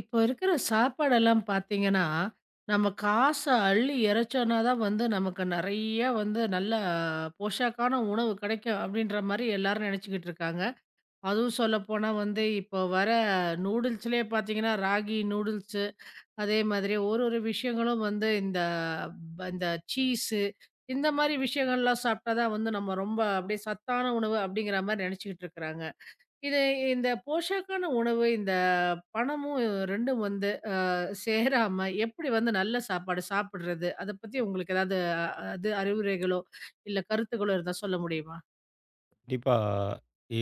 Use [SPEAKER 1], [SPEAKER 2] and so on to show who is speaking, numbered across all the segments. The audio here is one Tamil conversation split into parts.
[SPEAKER 1] இப்போ இருக்கிற சாப்பாடெல்லாம் பார்த்தீங்கன்னா, நம்ம காச அள்ளி இறைச்சோம்னா தான் வந்து நமக்கு நெறைய வந்து நல்ல போஷாக்கான உணவு கிடைக்கும் அப்படின்ற மாரி எல்லாரும் நெனச்சுக்கிட்டு இருக்காங்க. அதுவும் சொல்லப்போனா வந்து இப்போ வர நூடுல்ஸ்லயே பார்த்தீங்கன்னா, ராகி நூடுல்ஸு அதே மாதிரி ஒரு ஒரு விஷயங்களும் வந்து இந்த இந்த சீஸு இந்த மாரி விஷயங்கள்லாம் சாப்பிட்டா தான் வந்து நம்ம ரொம்ப அப்படியே சத்தான உணவு அப்படிங்கிற மாரி நெனச்சுக்கிட்டு இருக்கிறாங்க. இது இந்த போஷாக்கான உணவு, இந்த பணமும் 2ம் வந்து சேராம எப்படி வந்து நல்ல சாப்பாடு சாப்பிடுறது? அத பத்தி உங்களுக்கு ஏதாவது அது அறிவுரைகளோ, இல்ல கருத்துக்களோ இருந்தா சொல்ல முடியுமா?
[SPEAKER 2] கண்டிப்பா.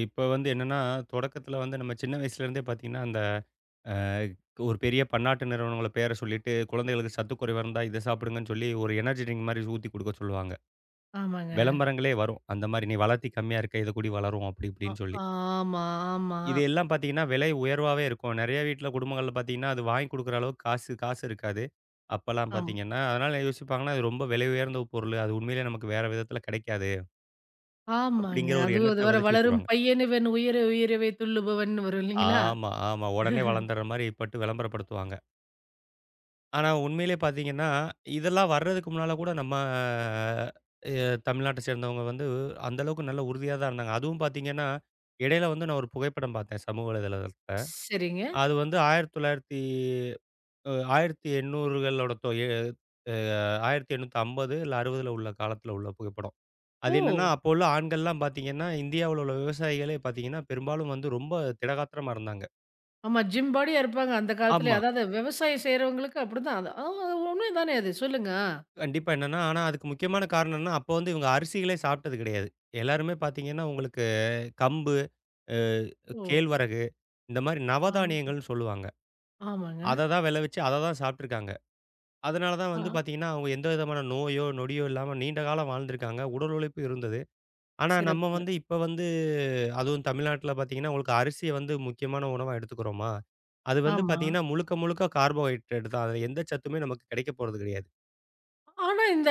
[SPEAKER 2] இப்ப வந்து என்னன்னா, தொடக்கத்தில வந்து நம்ம சின்ன வயசுலேருந்தே பார்த்தீங்கன்னா, அந்த அ ஒரு பெரிய பன்னாட்டு நிறுவனங்களோட பேர சொல்லிட்டு, குழந்தைகளுக்கு சத்து குறைவா இருந்தா இத சாப்பிடுங்கன்னு சொல்லி, ஒரு எனர்ஜி ட்ரிங்க் மாரி ஊத்தி குடுக்க சொல்லுவாங்க.
[SPEAKER 1] ஆமாங்க.
[SPEAKER 2] விளம்பரங்களே வரும். அந்த மாரி "நீ வளர்த்தி கம்மியா இருக்க, இத குடி வளரும்" அப்படி
[SPEAKER 1] அ
[SPEAKER 2] இப்படின்னு சொல்லி.
[SPEAKER 1] ஆமா, ஆமா.
[SPEAKER 2] இது எல்லாம் பார்த்தீங்கன்னா, விலை உயர்வாவே இருக்கும். நெறைய வீட்ல குடும்பங்கள்ல பார்த்தீங்கன்னா, அது வாங்கி குடுக்குற அளவுக்கு காசு காசு இருக்காது. அப்பலாம்
[SPEAKER 1] ஆம்.
[SPEAKER 2] பார்த்தீங்கன்னா, அதனால யோசிப்பாங்கன்னா, "இது ரொம்ப விலை உயர்ந்த பொருள். அது உண்மையிலேயே நமக்கு வேற விதத்தில கிடைக்காது"
[SPEAKER 1] ஆமாங்க.
[SPEAKER 2] அப்படிங்கிற ஒரு
[SPEAKER 1] அதுவும் அது
[SPEAKER 2] எண்ணத்த
[SPEAKER 1] வேற
[SPEAKER 2] விதைச்சு
[SPEAKER 1] வளரும்
[SPEAKER 2] வச்சுருவாங்க.
[SPEAKER 1] பையனுவன் உயர உயரவே துள்ளுபவன்னு வரும் இல்லைங்களா?
[SPEAKER 2] ஆமா, ஆமா. உடனே வளர்ந்துர்ற மாரி பட்டு விளம்பரப்படுத்துவாங்க. ஆனா உண்மையிலேயே பார்த்தீங்கன்னா, இதெல்லாம் வர்றதுக்கு முன்னால கூட நம்ம தமிழ்நாட்ட சேர்ந்தவங்க வந்து அந்த அளவுக்கு நல்ல உறுதியா தான் இருந்தாங்க. அதுவும் பார்த்தீங்கன்னா, இடையில வந்து நான் ஒரு புகைப்படம் பார்த்தேன் சமூக வலைதளத்தில.
[SPEAKER 1] சரிங்க.
[SPEAKER 2] அது வந்து 1900 1800களோட தொ எ அ 1850 இல்ல 60ல உள்ள காலத்தில உள்ள புகைப்படம். அது என்னன்னா,
[SPEAKER 1] ஓ!
[SPEAKER 2] அப்போ உள்ள ஆண்கள்லாம் பார்த்தீங்கன்னா, இந்தியாவுல உள்ள விவசாயிகளே பார்த்தீங்கன்னா, பெரும்பாலும் வந்து ரொம்ப திடகாத்திரமா இருந்தாங்க.
[SPEAKER 1] ஆமா, ஜிம் பாடியா இருப்பாங்க அந்த காலத்திலயே.
[SPEAKER 2] ஆமா.
[SPEAKER 1] அதாவது விவசாயம் செய்றவங்களுக்கு அப்படிதான். அது ஆ உண்மை தானே அது. சொல்லுங்க. ஆ.
[SPEAKER 2] கண்டிப்பா. என்னன்னா, ஆனா அதுக்கு முக்கியமான காரணம் என்னன்னா, அப்போ வந்து இவங்க அரிசிகளே சாப்பிட்டது கிடையாது. எல்லாருமே பார்த்தீங்கன்னா, உங்களுக்கு கம்பு, அ
[SPEAKER 1] ஓ!
[SPEAKER 2] கேழ்வரகு இந்த மாரி
[SPEAKER 1] ஆ.
[SPEAKER 2] நவதானியங்கள்னு சொல்லுவாங்க.
[SPEAKER 1] ஆமாங்க.
[SPEAKER 2] அத தான் விளைவிச்சு அத தான் சாப்பிட்டுருக்காங்க. அதனால தான்
[SPEAKER 1] ஆ,
[SPEAKER 2] வந்து பார்த்தீங்கன்னா, அவங்க எந்த விதமான நோயோ, நொடியோ இல்லாம நீண்ட காலம் வாழ்ந்திருக்காங்க. உடல் உழைப்பு இருந்தது. ஆனா நம்ம
[SPEAKER 1] சிறப்பு.
[SPEAKER 2] வந்து இப்ப வந்து அதுவும் தமிழ்நாட்ல பார்த்தீங்கன்னா, உங்களுக்கு அரிசிய வந்து முக்கியமான உணவா எடுத்துக்கிறோமா, அது வந்து
[SPEAKER 1] ஆமா.
[SPEAKER 2] பார்த்தீங்கன்னா, முழுக்க முழுக்க கார்போஹைட்ரேட் தான். அதுல எந்த சத்துமே நமக்கு கிடைக்க போறது கிடையாது.
[SPEAKER 1] ஆனா இந்த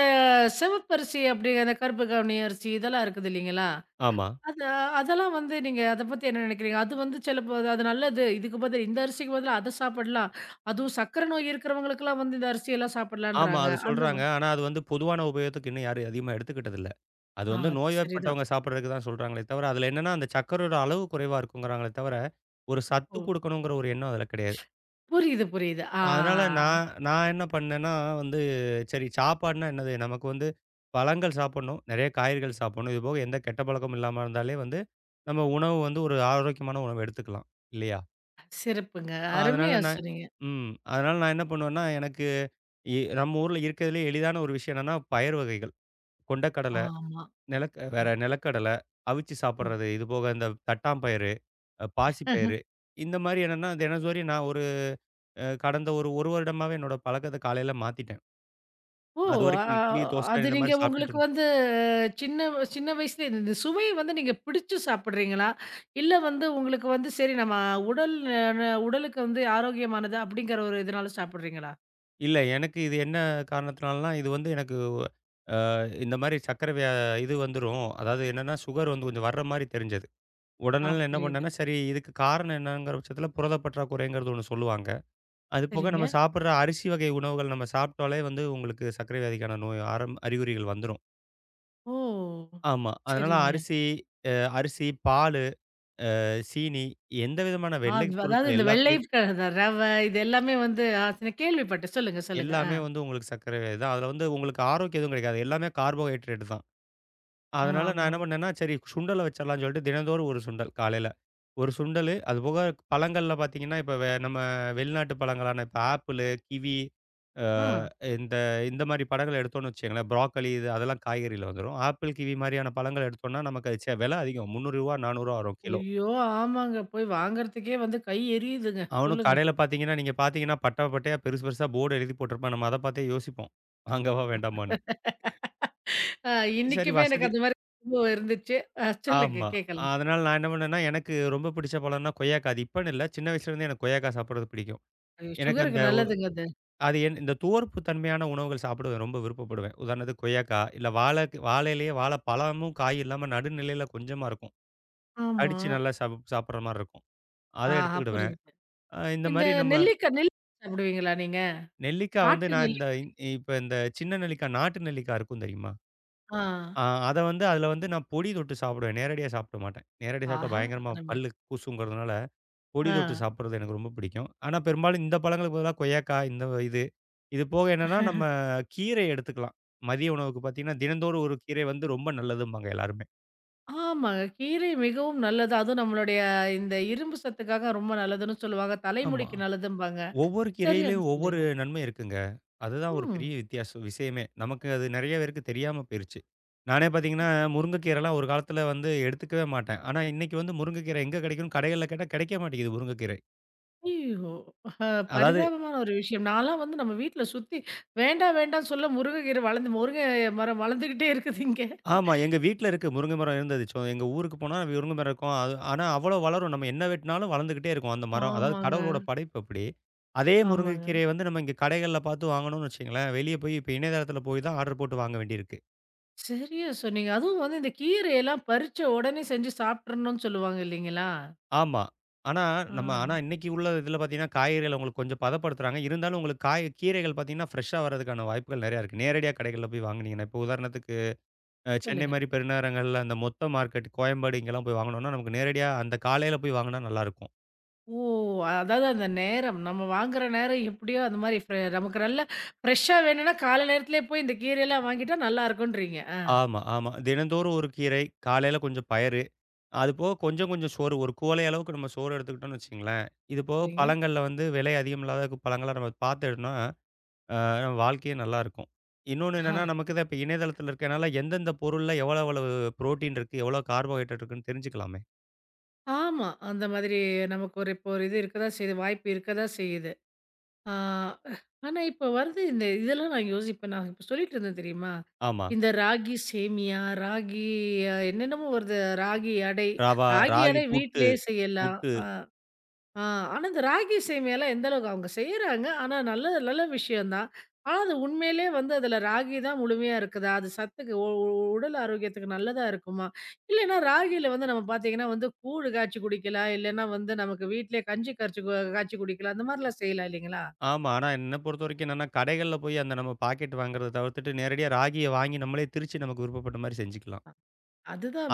[SPEAKER 1] சிவப்பரிசி அப்படிங்கிற அந்த கருப்பு கவுனி அரிசி இதெல்லாம் இருக்குது இல்லைங்களா?
[SPEAKER 2] ஆமா.
[SPEAKER 1] அத அதெல்லாம் வந்து நீங்க அத பத்தி என்ன நினைக்கிறீங்க? அது வந்து சிலப்போ அது நல்லது. இதுக்கு பதில் இந்த அரிசிக்கு பதிலா அத சாப்பிடலாம். அதுவும் சர்க்கரை நோய் இருக்கிறவங்களுக்கெல்லாம் வந்து இந்த அரிசியெல்லாம்
[SPEAKER 2] ஆமா.
[SPEAKER 1] சாப்பிடலான்றாங்க.
[SPEAKER 2] அது
[SPEAKER 1] அந்த மா
[SPEAKER 2] சொல்றாங்க. ஆனா, அது வந்து பொதுவான உபயோகத்துக்கு இன்னும் யாரும் அதிகமா எடுத்துக்கிட்டதில்ல. அது
[SPEAKER 1] ஆ
[SPEAKER 2] வந்து
[SPEAKER 1] அது சரிதான்.
[SPEAKER 2] நோய்வாய்ப்பட்டவங்க சாப்பிடுறதுக்கு தான் சொல்றாங்களே தவிர, அதுல என்னன்னா அந்த சர்க்கரையோட அளவு குறைவா இருக்குங்கிறாங்களே தவிர, ஒரு சத்து
[SPEAKER 1] ஓ!
[SPEAKER 2] குடுக்கணுங்கிற ஒரு எண்ணம் அதுல கிடையாது.
[SPEAKER 1] புரியுது, புரியுது. ஆ
[SPEAKER 2] அதனால நான் நான் என்ன பண்ணேன்னா வந்து, சரி சாப்பாடுனா என்னது? நமக்கு வந்து பழங்கள் சாப்பிடணும், நெறைய காய்கறிகள் சாப்பிடணும். இதுபோக எந்த கெட்ட பழக்கமும் இல்லாம இருந்தாலே வந்து, நம்ம உணவு வந்து ஒரு ஆரோக்கியமான உணவு எடுத்துக்கலாம். இல்லையா?
[SPEAKER 1] சிறப்புங்க.
[SPEAKER 2] அதனால
[SPEAKER 1] அருமையா
[SPEAKER 2] நான்
[SPEAKER 1] சொன்னீங்க.
[SPEAKER 2] அதனால நான் என்ன பண்ணுவேன்னா, எனக்கு நம்ம ஊர்ல இருக்கிறதுலயே எளிதான ஒரு விஷயம் என்னன்னா, பயறு வகைகள். கொண்டைக்கடல,
[SPEAKER 1] ஆமா.
[SPEAKER 2] வேற நிலக்கடல, அவிச்சு
[SPEAKER 1] அ.
[SPEAKER 2] சாப்பிடுறது. இது போக இந்த தட்டாம்பயிறு, பாசிப்பயிறு இந்த மாரி என்னன்னா, தினசரி நான் ஒரு கடந்த ஒரு 1 வருடமாவே என்னோட பழக்கத்த காலையில மாத்திட்டேன்.
[SPEAKER 1] ஓ! அ
[SPEAKER 2] அதுவரைக்கும் இட்லி, தோசை
[SPEAKER 1] அது
[SPEAKER 2] இந்த
[SPEAKER 1] நீங்க
[SPEAKER 2] மாரி சாப்பிட்டுட்டு
[SPEAKER 1] உங்களுக்கு
[SPEAKER 2] இருந்தேன்.
[SPEAKER 1] வந்து சின்ன சின்ன வயசுல இந்த சுவை வந்து நீங்க பிடிச்சு சாப்பிடுறீங்களா? இல்ல வந்து உங்களுக்கு வந்து சரி நம்ம உடல் அ ந உடலுக்கு வந்து ஆரோக்கியமானது அப்படிங்கிற ஒரு இதனால சாப்பிடுறீங்களா?
[SPEAKER 2] இல்ல எனக்கு இது என்ன காரணத்தினாலனா, இது வந்து எனக்கு அ இந்த மாரி சர்க்கரை இது வந்துரும். அதாவது என்னன்னா, சுகர் வந்து கொஞ்சம் வர்ற மாரி தெரிஞ்சது.
[SPEAKER 1] ஆ
[SPEAKER 2] உடனே என்ன
[SPEAKER 1] புரியுது.
[SPEAKER 2] பண்ணேன்னா, சரி இதுக்கு காரணம் என்னங்கிற பட்சத்தில புரத பற்றாக்குறைங்கிறது ஒண்ணு சொல்லுவாங்க. அது போக
[SPEAKER 1] சரிங்க.
[SPEAKER 2] நம்ம சாப்பிடுற அரிசி வகை உணவுகள் நம்ம சாப்பிட்டாலே வந்து உங்களுக்கு சர்க்கரை வியாதிக்கான நோய் அறிகுறிகள் வந்துரும்.
[SPEAKER 1] ஓ!
[SPEAKER 2] ஆமா. அதனால
[SPEAKER 1] சரிங்க.
[SPEAKER 2] அரிசி, அ பாலு, சீனி எந்த விதமான
[SPEAKER 1] ஆ
[SPEAKER 2] வெள்ளை
[SPEAKER 1] அதாவது
[SPEAKER 2] பொருட்கள்
[SPEAKER 1] இந்த வெள்ளை
[SPEAKER 2] எல்லாத்துலயும்
[SPEAKER 1] க ரவை இது எல்லாமே வந்து ஆ நான் கேள்விப்பட்டேன். சொல்லுங்க, சொல்லுங்க. ஆ.
[SPEAKER 2] எல்லாமே வந்து உங்களுக்கு சர்க்கரை வியாதி தான். அதுல வந்து உங்களுக்கு ஆரோக்கியம் எதுவும் கிடைக்காது. எல்லாமே கார்போஹைட்ரேட் தான். அதனால நான் என்ன
[SPEAKER 1] ஆமாங்க.
[SPEAKER 2] பண்ணேன்னா, சரி சுண்டல வச்சிடலாம்ன்னு சொல்லிட்டு தினந்தோறும் ஒரு சுண்டல் காலையில. ஒரு சுண்டலு, அதுபோக பழங்கள்ல பார்த்தீங்கன்னா, இப்ப நம்ம வெளிநாட்டு பழங்களான இப்ப ஆப்பிளு, கிவி, அ
[SPEAKER 1] ஆ.
[SPEAKER 2] இந்த இந்த மாரி பழங்கள எடுத்தோம்ன்னு வச்சுக்கங்களேன், ப்ரோக்கோலி இது அதெல்லாம் காய்கறில வந்துரும். ஆப்பிள், கிவி மாரியான பழங்கள எடுத்தோம்னா, நமக்கு அது விலை அதிகம். ரூ. 300 ரூ. 400 வரும் கிலோ.
[SPEAKER 1] ஐயோ! ஆமாங்க. போய் வாங்குறதுக்கே வந்து கை எரியுதுங்க.
[SPEAKER 2] அவனும்
[SPEAKER 1] சொல்லுங்க.
[SPEAKER 2] கடையில பார்த்தீங்கன்னா, நீங்க பார்த்தீங்கன்னா, பட்டா பட்டையா பெருசு பெருசா போர்டு எழுதி போட்டிருப்பான். நம்ம அத பார்த்தே யோசிப்போம். வாங்கவா வேண்டாமான்னு.
[SPEAKER 1] ஆ
[SPEAKER 2] சரி
[SPEAKER 1] இன்னைக்குமே
[SPEAKER 2] வசதி
[SPEAKER 1] எனக்கு அந்த மாரி அனுபவம் இருந்துச்சு. அ சொல்லுங்க
[SPEAKER 2] ஆமா.
[SPEAKER 1] கேட்கலாம்.
[SPEAKER 2] அதனால நான் என்ன பண்ணேன்னா, எனக்கு ரொம்ப பிடிச்ச பழம்னா கொய்யாக்காய். அது இப்பன்னு இல்ல. சின்ன வயசுலேருந்தே எனக்கு கொய்யாக்காய் சாப்பிடுறது பிடிக்கும்.
[SPEAKER 1] அது
[SPEAKER 2] எனக்கு
[SPEAKER 1] சுகருக்கு
[SPEAKER 2] அந்த
[SPEAKER 1] நல்லதுங்க அது.
[SPEAKER 2] அது என் இந்த துவர்ப்பு தன்மையான உணவுகள் சாப்பிடுவேன். ரொம்ப விருப்பப்படுவேன். உதாரணத்துக்கு கொய்யாக்காய், இல்ல வாழை வாழ இலையே வாழை பழமும் காய் இல்லாம நடுநிலையில கொஞ்சமா இருக்கும்.
[SPEAKER 1] ஆமா.
[SPEAKER 2] கடிச்சு நல்லா சாப்பிடுற மாரி இருக்கும். அத
[SPEAKER 1] ஆஹா
[SPEAKER 2] எடுத்துக்கிடுவேன்.
[SPEAKER 1] புரியுது.
[SPEAKER 2] இந்த
[SPEAKER 1] இந்த
[SPEAKER 2] மாரி நம்ம
[SPEAKER 1] நெல்லி சாப்பிடுவீங்களா நீங்க?
[SPEAKER 2] நெல்லிக்காய் வந்து
[SPEAKER 1] காட்டு
[SPEAKER 2] நான் இந்த
[SPEAKER 1] நெல்லிக்காய்.
[SPEAKER 2] இப்ப இந்த சின்ன நெல்லிக்காய், நாட்டு நெல்லிக்காய் இருக்கும் தெரியுமா?
[SPEAKER 1] ஆ.
[SPEAKER 2] அ அத வந்து அதில வந்து நான் பொடி தொட்டு சாப்பிடுவேன். நேரடியா சாப்பிட மாட்டேன். நேரடியா சாப்பிட்டா
[SPEAKER 1] ஆஹா!
[SPEAKER 2] பயங்கரமா
[SPEAKER 1] அருமை.
[SPEAKER 2] பல்லு கூசுங்கிறதுனால பொடி
[SPEAKER 1] ஆ.
[SPEAKER 2] தொட்டு சாப்பிடுறது எனக்கு ரொம்ப பிடிக்கும். ஆனா, பெரும்பாலும் இந்த பழங்களுக்கு பதிலா இந்த இது. இது போக என்னன்னா, நம்ம கீரை எடுத்துக்கலாம். மதிய உணவுக்கு பார்த்தீங்கன்னா, தினந்தோறும் ஒரு கீரை வந்து ரொம்ப நல்லதும்பாங்க எல்லாருமே.
[SPEAKER 1] ஆமாங்க. கீரை மிகவும் நல்லது. அதுவும் நம்மளுடைய இந்த இரும்பு சத்துக்காக ரொம்ப நல்லதுன்னு சொல்லுவாங்க.
[SPEAKER 2] ஆமா.
[SPEAKER 1] தலைமுடிக்கு நல்லதும்பாங்க.
[SPEAKER 2] ஒவ்வொரு
[SPEAKER 1] சரியா
[SPEAKER 2] கீரையிலயும்
[SPEAKER 1] தான்
[SPEAKER 2] ஒவ்வொரு
[SPEAKER 1] சொல்றீங்க.
[SPEAKER 2] நன்மை இருக்குங்க. அதுதான் ஒரு பெரிய
[SPEAKER 1] ம்.
[SPEAKER 2] வித்தியாசம் விஷயமே. நமக்கு அது நெறைய பேருக்கு தெரியாம போயிருச்சு. நானே பார்த்தீங்கன்னா, முருங்கைக்கீரைலாம் ஒரு காலத்தில வந்து எடுத்துக்கவே மாட்டேன். ஆனா, இன்னைக்கு வந்து முருங்கைக்கீரை எங்க கெடைக்கும்னு கடைகள்ல கேட்டா கெடைக்க மாட்டேங்குது முருங்கைக்கீரை.
[SPEAKER 1] ஐயயோ! அ
[SPEAKER 2] அதாவது
[SPEAKER 1] பரிதாபமான ஒரு விஷயம். நான்லாம் வந்து நம்ம வீட்ல சுத்தி வேண்டாம் வேண்டாம்ன்னு சொல்ல முருங்கை கீரை வளர்ந்து முருங்கை மரம் வளர்ந்துகிட்டே இருக்குது இங்க.
[SPEAKER 2] ஆமா. எங்க வீட்ல இருக்கு முருங்க மரம் இருந்தது. சோ எங்க ஊருக்கு போனா முருங்க மரம் இருக்கும். அது ஆனா அவ்வளோ வளரும். நம்ம என்ன வெட்டினாலும் வளர்ந்துகிட்டே இருக்கும் அந்த மரம். அதாவது
[SPEAKER 1] ஆமாங்க,
[SPEAKER 2] கடவுளோட படைப்பு அப்படி. அதே
[SPEAKER 1] ஆமாங்க.
[SPEAKER 2] முருங்கைக்கீரைய வந்து நம்ம இங்க கடைகள்ல பார்த்து வாங்கணும்னு வச்சுக்கங்களேன், வெளிய போய் இப்ப இணையதளத்தில போய் தான் ஆர்டர் போட்டு வாங்க வேண்டியிருக்கு.
[SPEAKER 1] சரியா சொன்னீங்க. அதுவும் வந்து இந்த கீரையெல்லாம் பறிச்ச உடனே செஞ்சு சாப்பிட்றணும்னு சொல்லுவாங்க இல்லைங்களா?
[SPEAKER 2] ஆமா. ஆனா
[SPEAKER 1] ஆ
[SPEAKER 2] ஆனா இன்னைக்கு உள்ள இதில பார்த்தீங்கன்னா, காய்கறிகள உங்களுக்கு கொஞ்சம் பதப்படுத்துறாங்க. இருந்தாலும் உங்களுக்கு காய் கீரைகள் பார்த்தீங்கன்னா, ஃப்ரெஷ்ஷா வரதுக்கான வாய்ப்புகள் நெறையா இருக்கு. நேரடியா கடைகள்ல போய் வாங்குனீங்கன்னா, இப்போ உதாரணத்துக்கு சென்னை
[SPEAKER 1] சொல்லுங்க.
[SPEAKER 2] மாரி பெருநகரங்கள்ல அந்த மொத்த மார்க்கெட் கோயம்பாடு இங்கெல்லாம் போய் வாங்குனோம்னா, நமக்கு நேரடியா அந்த காலையில போய் வாங்குனா நல்லாருக்கும்.
[SPEAKER 1] ஓ! அதாவது அந்த நேரம், நம்ம வாங்குற நேரம் எப்படியோ அந்த மாரி நமக்கு நல்லா ஃப்ரெஷ்ஷா வேணும்னா காலை நேரத்திலே போய் இந்த கீரையெல்லாம் வாங்கிட்டா நல்லாருக்குன்றீங்க. ஆ
[SPEAKER 2] ஆமா, ஆமா. தினந்தோறும் ஒரு கீரை, காலையில கொஞ்சம் பயறு, அதுபோக கொஞ்சம் கொஞ்சம் சோறு, ஒரு குவளை அளவுக்கு நம்ம சோறு எடுத்துக்கிட்டோம்னு வச்சுக்கங்களேன், இது போக
[SPEAKER 1] சரிங்க.
[SPEAKER 2] பழங்கள்ல வந்து விலை அதிகம் இல்லாத பழங்களா நம்ம பார்த்துட்டோம்னா, அ நம்ம வாழ்க்கையே நல்லாயிருக்கும். இன்னொன்னு
[SPEAKER 1] ஆ
[SPEAKER 2] என்னன்னா, நமக்கு தான் இப்ப இணையதளத்தில இருக்கனால எந்தெந்த பொருள்ல எவ்வளோ எவ்வளவு புரோட்டீன் இருக்கு, எவ்வளோ கார்போஹைட்ரேட் இருக்குன்னு தெரிஞ்சுக்கலாமே.
[SPEAKER 1] ஆமா. அந்த மாதிரி நமக்கு ஒரு இப்போ ஒரு இது இருக்க தான் செய்யுது, வாய்ப்பு இருக்க தான் செய்யுது. ஆ, ஆனா இப்ப வருது இந்த இதெல்லாம் நான் யோசிப்பேன். நான் இப்ப சொல்லிட்டு இருந்தேன் தெரியுமா?
[SPEAKER 2] ஆமா.
[SPEAKER 1] இந்த ராகி சேமியா, ராகி அ என்னென்னமோ வருது. ராகி அடை.
[SPEAKER 2] ரவா,
[SPEAKER 1] ராகி
[SPEAKER 2] ராகி,
[SPEAKER 1] அடை
[SPEAKER 2] புட்டு,
[SPEAKER 1] வீட்லயே செய்யலாம்.
[SPEAKER 2] புட்டு.
[SPEAKER 1] ஆ ஆனா இந்த ராகி சேமியாலாம் எந்த அளவுக்கு அவங்க செய்றாங்க. ஆனா நல்ல நல்ல விஷயம் தான். ஆனா அது உண்மையிலே வந்து அதுல ராகி தான் முழுமையா இருக்குதா? அது சத்துக்கு உ உ உடல் ஆரோக்கியத்துக்கு நல்லதா இருக்குமா? இல்லன்னா ராகில வந்து நம்ம பார்த்தீங்கன்னா வந்து கூழு காய்ச்சி குடிக்கலாம். இல்லன்னா வந்து நமக்கு வீட்லயே கஞ்சி கரைச்சு காய்ச்சி குடிக்கலாம். அந்த மாரிலாம் செய்யலாம் இல்லைங்களா?
[SPEAKER 2] ஆமா. ஆனா என்ன பொறுத்தவரைக்கும் என்னன்னா, கடைகள்ல போய் அந்த நம்ம பாக்கெட் வாங்குறத தவிர்த்துட்டு நேரடியா ராகிய வாங்கி நம்மளே திரிச்சு நமக்கு விருப்பப்பட்ட மாரி செஞ்சுக்கலாம்.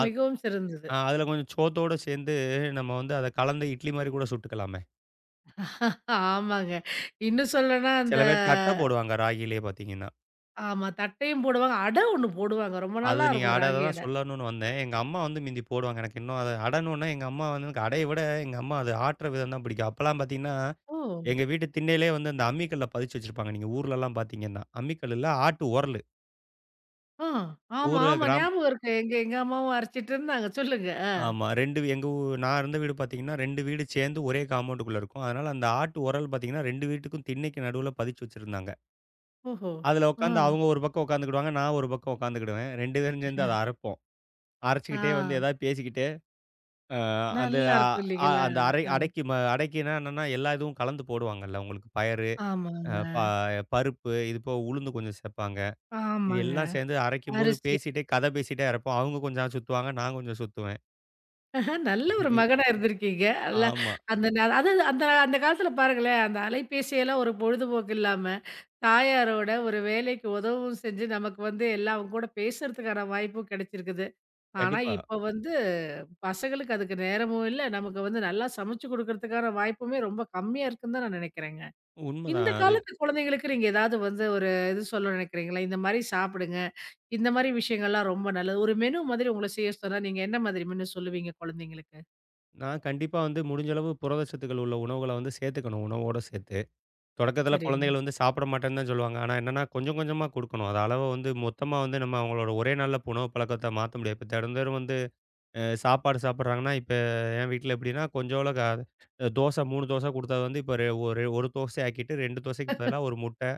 [SPEAKER 2] அ
[SPEAKER 1] மிகவும் சிறந்தது.
[SPEAKER 2] ஆ அதில கொஞ்சம் சோத்தோட சேர்ந்து நம்ம வந்து அத கலந்து இட்லி மாரி கூட சுட்டுக்கலாமே.
[SPEAKER 1] ஆமாங்க. இன்னும் சொல்லணும்னா
[SPEAKER 2] சில
[SPEAKER 1] அந்த
[SPEAKER 2] பேர் தட்ட போடுவாங்க ராகியிலேயே பார்த்தீங்கன்னா.
[SPEAKER 1] ஆமா தட்டையும் போடுவாங்க. அடை ஒண்ணு போடுவாங்க. ரொம்ப
[SPEAKER 2] அது
[SPEAKER 1] நல்லா
[SPEAKER 2] நீங்க
[SPEAKER 1] இருக்கும்
[SPEAKER 2] அட அத
[SPEAKER 1] ராகி
[SPEAKER 2] தான்
[SPEAKER 1] அடை.
[SPEAKER 2] சொல்லணும்னு வந்தேன். எங்க அம்மா வந்து மிந்தி போடுவாங்க. எனக்கு இன்னும் அது அடணும்னா எங்க அம்மா வந்து எனக்கு அடைய விட எங்க அம்மா அது ஆட்டுற விதம் தான் பிடிக்கும். அப்பலாம் பார்த்தீங்கன்னா,
[SPEAKER 1] ஓ!
[SPEAKER 2] எங்க வீட்டு திண்ணையிலேயே வந்து அந்த அம்மிக்கல்ல பதிச்சு வச்சிருப்பாங்க. நீங்க ஊர்லலாம் பார்த்தீங்கன்னா, அம்மிக்கல் இல்ல ஆட்டு உரலு.
[SPEAKER 1] ஆ. ஆமா,
[SPEAKER 2] ஊர்ல
[SPEAKER 1] ஆமா.
[SPEAKER 2] கிராம்
[SPEAKER 1] ஞாபகம் இருக்கு. எங்க எங்க அம்மாவும் அரைச்சிட்டு இருந்தாங்க. சொல்லுங்க.
[SPEAKER 2] ஆமா 2 எங்க ஊ நான் இருந்த வீடு பார்த்தீங்கன்னா, 2 வீடு சேர்ந்து ஒரே காம்பவுண்டுக்குள்ள இருக்கும். அதனால அந்த ஆட்டு உரல் பார்த்தீங்கன்னா, 2 வீட்டுக்கும் திண்ணைக்கு நடுவுல பதிச்சு வச்சிருந்தாங்க.
[SPEAKER 1] ஓஹோ!
[SPEAKER 2] அதுல
[SPEAKER 1] ஆ.
[SPEAKER 2] உட்காந்து அவங்க ஒரு பக்கம் உட்காந்துக்கிடுவாங்க. நான் ஒரு பக்கம் உட்காந்துக்கிடுவேன். 2 பேரும் சேர்ந்து அத அரைப்போம்.
[SPEAKER 1] ஆ.
[SPEAKER 2] அரைச்சுக்கிட்டே வந்து ஏதாவது பேசிக்கிட்டு, அ அந்த
[SPEAKER 1] நல்லா
[SPEAKER 2] அ
[SPEAKER 1] இருக்கும்
[SPEAKER 2] அ-
[SPEAKER 1] இல்லைங்களா?
[SPEAKER 2] அந்த அரை
[SPEAKER 1] அ.
[SPEAKER 2] அடைக்கு ம அடைக்குன்னா என்னன்னா, எல்லா இதுவும் கலந்து போடுவாங்கல்ல. உங்களுக்கு பயறு, அ
[SPEAKER 1] ஆமாங்க.
[SPEAKER 2] ப பருப்பு, இது போக உளுந்து கொஞ்சம் சேர்ப்பாங்க. இது
[SPEAKER 1] ஆமாங்க.
[SPEAKER 2] எல்லாம் சேர்ந்து அரைக்கும்போது
[SPEAKER 1] அரிசி
[SPEAKER 2] பேசிட்டே, கதை பேசிட்டே அரைப்போம். அவங்க கொஞ்சம் சுத்துவாங்க. நான் கொஞ்சம் சுத்துவேன்.
[SPEAKER 1] ஆ நல்ல ஒரு
[SPEAKER 2] இ
[SPEAKER 1] மகனா இருந்திருக்கீங்க. அல்ல
[SPEAKER 2] ஆமா.
[SPEAKER 1] அந்த ந அதாவது அந்த அந்த காலத்தில பாருங்களேன், அந்த அலைபேசியெல்லாம் ஒரு பொழுதுபோக்கு இல்லாம, தாயாரோட ஒரு வேலைக்கு உதவும் செஞ்சு, நமக்கு வந்து எல்லாம் அவங்க கூட பேசுறதுக்கான வாய்ப்பும் கிடைச்சிருக்குது. ஆனா,
[SPEAKER 2] கண்டிப்பா.
[SPEAKER 1] இப்ப வந்து பசங்களுக்கு அதுக்கு நேரமும் இல்ல, நமக்கு வந்து நல்லா சமைச்சு குடுக்கறதுக்கான வாய்ப்புமே ரொம்ப கம்மியா இருக்குன்னு தான் நான் நினைக்கிறேங்க. இந்த
[SPEAKER 2] உண்மதான் அது.
[SPEAKER 1] காலத்து குழந்தைங்களுக்கு நீங்க ஏதாவது வந்து ஒரு இது சொல்ல நினைக்கிறீங்களா? இந்த மாரி சாப்பிடுங்க. இந்த மாரி விஷயங்கள்லாம் ரொம்ப நல்லது. ஒரு மெனு மாதிரி உங்கள செய்ய சொன்னா, நீங்க என்ன மாதிரி மெனு சொல்லுவீங்க குழந்தைங்களுக்கு?
[SPEAKER 2] நான் கண்டிப்பா வந்து முடிஞ்ச அளவு புரதச்சத்துக்கள் உள்ள உணவுகள வந்து சேர்த்துக்கணும், உணவோட சேர்த்து. தொடக்கத்தில
[SPEAKER 1] சரிங்க.
[SPEAKER 2] குழந்தைகள் வந்து சாப்பிட மாட்டேன்னு தான் சொல்லுவாங்க. ஆனா என்னன்னா, கொஞ்சம் கொஞ்சமா குடுக்கணும். அது அளவ வந்து மொத்தமா வந்து நம்ம அவங்களோட ஒரே நாள்ல உணவு பழக்கத்த மாத்த முடியாது. இப்ப தினந்தோறும் வந்து சாப்பாடு சாப்பிடுறாங்கன்னா, இப்ப என் வீட்ல எப்படின்னா, கொஞ்சோள க தோசை 3 தோசை குடுத்தது வந்து இப்ப ஒரு 1 தோசை ஆக்கிட்டு 2 தோசைக்கு பதிலா 1 முட்டை,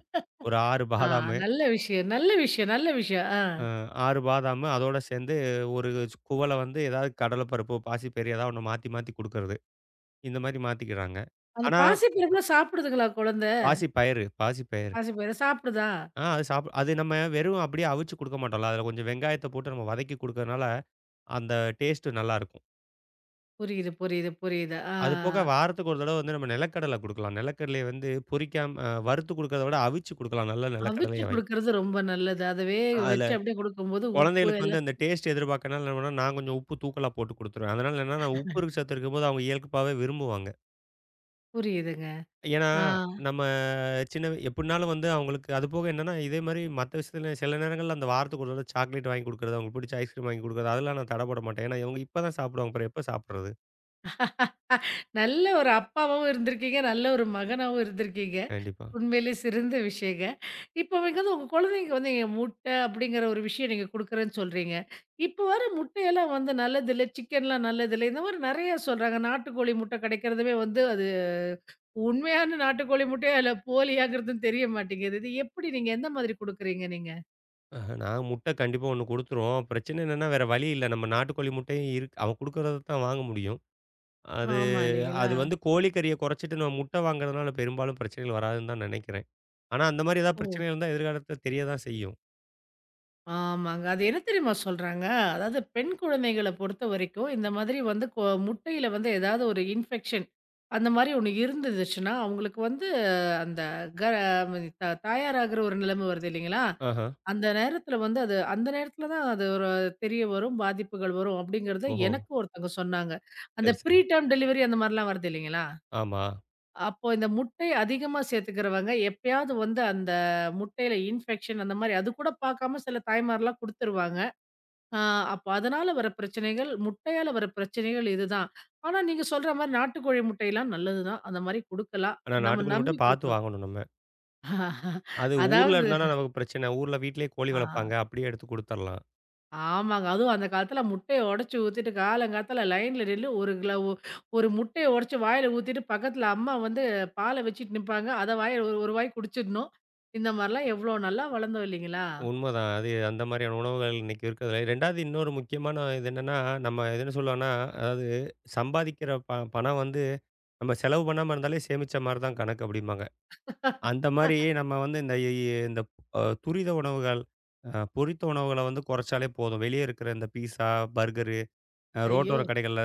[SPEAKER 2] ஒரு 6
[SPEAKER 1] ஆ
[SPEAKER 2] பாதாமு,
[SPEAKER 1] நல்ல விஷயம், நல்ல விஷயம், நல்ல விஷயம். ஆ.
[SPEAKER 2] அ 6 பாதாமு அதோட சேர்ந்து ஒரு குவள வந்து ஏதாவது கடலைப்பருப்பு, பாசிப்பயிறு ஏதாவது ஒண்ணு மாத்தி மாத்தி குடுக்கறது. இந்த மாரி மாத்திக்கிறாங்க.
[SPEAKER 1] அந்த
[SPEAKER 2] ஆனா
[SPEAKER 1] பாசிப்பருப்புலாம் சாப்பிடுதுங்களா குழந்தை?
[SPEAKER 2] பாசிப்பயிறு, பாசிப்பயிறு.
[SPEAKER 1] பாசிப்பயிறு சாப்பிடுதா?
[SPEAKER 2] ஆ அது அது நம்ம வெறும் அப்படியே அவிச்சு குடுக்க மாட்டோம்ல. அதில கொஞ்சம் வெங்காயத்த போட்டு நம்ம வதக்கி குடுக்கறனால, அந்த டேஸ்ட்டு நல்லாருக்கும்.
[SPEAKER 1] புரியுது, புரியுது, புரியுது. ஆ
[SPEAKER 2] அது போக வாரத்துக்கு ஒரு தடவ வந்து நம்ம நிலக்கடலை குடுக்கலாம். நிலக்கடலைய வந்து பொரிக்காம வறுத்து குடுக்கறத விட அவிச்சு குடுக்கலாம். நல்ல நிலக்கடலைய
[SPEAKER 1] அவிச்சு
[SPEAKER 2] வாங்கி.
[SPEAKER 1] குடுக்குறது ரொம்ப நல்லது. அத வேக
[SPEAKER 2] அதில
[SPEAKER 1] வச்சு அப்படியே குடுக்கும்போது உப்பு
[SPEAKER 2] குழந்தைகளுக்கு வந்து
[SPEAKER 1] எல்லாம் ச
[SPEAKER 2] அந்த டேஸ்ட் எதிர்பார்க்கனால என்ன பண்ணுவேன்னா, நான் கொஞ்சம் உப்பு தூக்கலா போட்டு குடுத்துருவேன். அதனால என்னன்னா, உப்பு சத்து இருக்கும்போது அவங்க இயல்பாவே விரும்புவாங்க.
[SPEAKER 1] புரியுதுங்க.
[SPEAKER 2] ஏன்னா,
[SPEAKER 1] ஆ
[SPEAKER 2] நம்ம சின்ன எப்படினாலும் வந்து அவங்களுக்கு அது போக என்னன்னா, இதே மாரி மத்த விஷயத்துல சில நேரங்கள்ல அந்த வாரத்துக்கு ஒரு தடவ சாக்லேட் வாங்கி குடுக்குறது, அவங்களுக்கு பிடிச்ச ஐஸ்கிரீம் வாங்கி குடுக்குறது, அதெல்லாம் நான் தடை போட மாட்டேன். ஏன்னா இவங்க இப்ப தான் சாப்பிடுவாங்க. அப்புறம் எப்ப சாப்பிடுறது?
[SPEAKER 1] நல்ல ஒரு அப்பாவாவும் இருந்திருக்கீங்க, நல்ல ஒரு மகனாவும் இருந்திருக்கீங்க.
[SPEAKER 2] கண்டிப்பா.
[SPEAKER 1] உண்மையிலேயே சிறந்த விஷயங்க. இப்போ நீங்க வந்து உங்க குழந்தைக்கு வந்து நீங்க முட்டை அப்படிங்கிற ஒரு விஷயம் நீங்க குடுக்குறேன்னு சொல்றீங்க. இப்போ வர முட்டையெல்லாம் வந்து நல்லதில்ல, சிக்கன்லாம் நல்லதில்ல. இந்த மாரி நெறைய சொல்றாங்க. நாட்டுக்கோழி முட்டை கிடைக்கிறதுமே வந்து அது உண்மையான நாட்டுக்கோழி முட்டையா? இல்ல போலியாங்கிறதும் தெரிய மாட்டேங்குது. இது எப்படி நீங்க எந்த மாதிரி குடுக்குறீங்க நீங்க?
[SPEAKER 2] நான் முட்டை கண்டிப்பா ஒண்ணு குடுத்துருவோம். பிரச்சனை என்னன்னா வேற வழி இல்ல. நம்ம நாட்டுக்கோழி முட்டையும் இருக்கு. அவன் குடுக்குறத தான் வாங்க முடியும். அது
[SPEAKER 1] ஆமா இல்லைங்களா?
[SPEAKER 2] அது வந்து கோழிக்கறிய குறைச்சிட்டு நம்ம முட்டை வாங்குறதுனால பெரும்பாலும் பிரச்சனைகள் வராதுன்னு தான் நினைக்கிறேன். ஆனா அந்த மாரி ஏதாவது
[SPEAKER 1] ஓ!
[SPEAKER 2] பிரச்சனை இருந்தா எதிர்காலத்துல தெரிய தான் செய்யும்.
[SPEAKER 1] ஆமாங்க. அது என்ன தெரியுமா சொல்றாங்க? அதாவது பெண் குழந்தைகள பொறுத்தவரைக்கும், இந்த மாதிரி வந்து முட்டையில வந்து ஏதாவது ஒரு இன்ஃபெக்ஷன் அந்த மாரி ஒண்ணு இருந்துதுச்சுன்னா, அவங்களுக்கு வந்து அந்த க த தாயாராகிற ஒரு நிலைமை வருது இல்லைங்களா?
[SPEAKER 2] ஆஹ.
[SPEAKER 1] அந்த நேரத்தில வந்து அது அந்த நேரத்தில தான் அது ஒரு தெரிய வரும், பாதிப்புகள் வரும் அப்படிங்கிறத
[SPEAKER 2] ஓஹோ!
[SPEAKER 1] எனக்கு ஒருத்தவங்க சொன்னாங்க. அந்த
[SPEAKER 2] சரி, சரி.
[SPEAKER 1] ப்ரீ டேர்ம் டெலிவரி அந்த மாரிலாம் வருது இல்லைங்களா?
[SPEAKER 2] ஆமா.
[SPEAKER 1] அப்போ இந்த முட்டை அதிகமா சேர்த்துக்கிறவங்க, எப்பயாவது வந்து அந்த முட்டையில இன்ஃபெக்ஷன் அந்த மாரி அது கூட பார்க்காம சில தாய்மார்லாம் குடுத்துருவாங்க. ஆ அப்ப அதனால வர பிரச்சனைகள், முட்டையால வர பிரச்சனைகள் இதுதான். ஆனா நீங்க சொல்ற மாரி நாட்டுக்கோழி முட்டையெல்லாம் நல்லது தான். அந்த மாரி குடுக்கலாம்.
[SPEAKER 2] ஆனா
[SPEAKER 1] நம்ம
[SPEAKER 2] நாட்டுக்கோழி முட்டை
[SPEAKER 1] நம்பி
[SPEAKER 2] பார்த்து
[SPEAKER 1] குடுக்குறோம்.
[SPEAKER 2] வாங்கணும் நம்ம. அது ஊர்ல
[SPEAKER 1] அதாவது
[SPEAKER 2] இருந்தானா நமக்கு பிரச்சனை. ஊர்ல வீட்லயே கோழி
[SPEAKER 1] ஆ
[SPEAKER 2] வளர்ப்பாங்க. அப்படியே எடுத்து குடுத்துரலாம்.
[SPEAKER 1] ஆமாங்க. அதுவும் அந்த காலத்துல முட்டைய உடைச்சு ஊத்திட்டு காலங்காத்தால லைன்ல நின்னு ஒரு கிலோ ஒரு முட்டைய உடைச்சு வாயில ஊத்திட்டு பக்கத்துல அம்மா வந்து பால வச்சுட்டு நிப்பாங்க. அத வாயில ஒரு ஒரு வாய் குடிச்சிடணும். இந்த மாரிலாம் எவ்ளோ நல்லா வளர்ந்தோம் இல்லைங்களா?
[SPEAKER 2] உண்மதான். அது அந்த மாதிரியான உணவுகள் இன்னைக்கு இருக்கிறதுல. 2வது இன்னொரு முக்கியமான இது என்னன்னா, நம்ம எதுன்னு சொல்லலாம்னா, அதாவது சம்பாதிக்கிற பணம் வந்து நம்ம செலவு பண்ணாம இருந்தாலே சேமிச்ச மாரி தான் கணக்கு அப்படிம்பாங்க. அந்த மாரி நம்ம வந்து இந்த துரித உணவுகள், அ பொரித்த உணவுகள வந்து குறைச்சாலே போதும். வெளியே இருக்கிற இந்த பீஸா, பர்கரு,
[SPEAKER 1] ஐயோ!
[SPEAKER 2] ரோட்டோர கடைகள்ல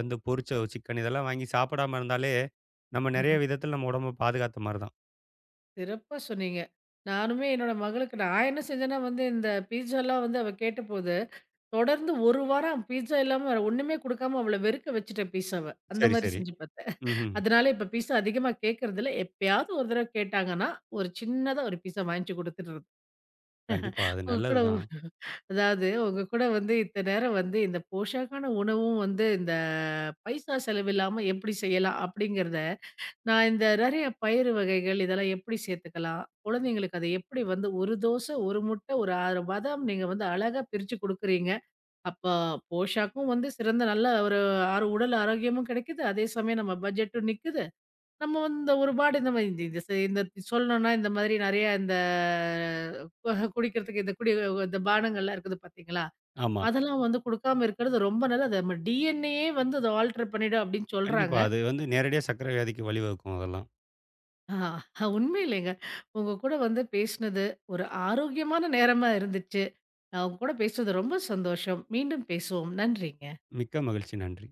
[SPEAKER 2] வந்து பொரிச்ச சிக்கன் இதெல்லாம் வாங்கி சாப்பிடாம இருந்தாலே, நம்ம நெறைய விதத்தில நம்ம உடம்ப பாதுகாத்த மாரி தான்.
[SPEAKER 1] சிறப்பா சொன்னீங்க. நானுமே என்னோட மகளுக்கு நான் என்ன செஞ்சேன்னா வந்து இந்த பீட்சாலாம் வந்து அவ கேட்டபோது, தொடர்ந்து 1 வாரம் பீட்சா இல்லாம வேற ஒண்ணுமே குடுக்காம அவள வெறுக்க வச்சுட்டேன் பீட்சாவ. அந்த
[SPEAKER 2] சரி,
[SPEAKER 1] மாரி
[SPEAKER 2] சரி.
[SPEAKER 1] செஞ்சு பார்த்தேன்.
[SPEAKER 2] ம்ஹ்ம்.
[SPEAKER 1] அதனால இப்ப பீட்சா அதிகமா கேட்கறதில்ல. எப்பயாவது ஒரு தடவ கேட்டாங்கன்னா, ஒரு சின்னதா ஒரு பீட்சா வாங்கிச்சு குடுத்துடுறது.
[SPEAKER 2] கண்டிப்பா. அது
[SPEAKER 1] உங்க
[SPEAKER 2] நல்லது
[SPEAKER 1] கூட
[SPEAKER 2] தான்.
[SPEAKER 1] ஒரு- அதாவது உங்க கூட வந்து இத்தன நேரம் வந்து இந்த போஷாக்கான உணவும் வந்து இந்த பைசா செலவில்லாம எப்படி செய்யலாம்? அப்படிங்கிறத நான் இந்த நெறைய பயிறு வகைகள் இதெல்லாம் எப்படி சேர்த்துக்கலாம்? குழந்தைங்களுக்கு அத எப்படி வந்து 1 தோசை, 1 முட்டை, ஒரு 6 பாதாம் நீங்க வந்து அழகா பிரிச்சு குடுக்குறீங்க. அப்ப போஷாக்கும் வந்து சிறந்த நல்ல ஒரு உடல் ஆரோக்கியமும் கிடைக்குது. அதே சமயம் நம்ம பட்ஜெட்டும் நிக்குது. நம்ம வந்து இந்த ஒரு பாடு இந்த மாரி இந்த இந்த செ- இந்த சொல்லணும்னா இந்த மாதிரி நெறைய இந்த குடிக்கிறதுக்கு இந்த பானங்கள்லாம் இருக்குது பார்த்தீங்களா?
[SPEAKER 2] ஆமா.
[SPEAKER 1] அதெல்லாம் வந்து குடுக்காம இருக்கிறது ரொம்ப நல்லது. நம்ம DNAயே வந்து அத ஆல்டர் பண்ணிடும் அப்படின்னு
[SPEAKER 2] கண்டிப்பா.
[SPEAKER 1] சொல்றாங்க.
[SPEAKER 2] அது வந்து நேரடியா சர்க்கரை வியாதிக்கு வழிவகுக்கும் அதெல்லாம்.
[SPEAKER 1] ஆ உண்மையிலேங்க. உங்க கூட வந்து பேசினது ஒரு ஆரோக்கியமான நேரமா இருந்துச்சு. நான் உங்க கூட பேசுனது ரொம்ப சந்தோஷம். மீண்டும் பேசுவோம். நன்றிங்க.
[SPEAKER 2] மிக்க மகிழ்ச்சி. நன்றி.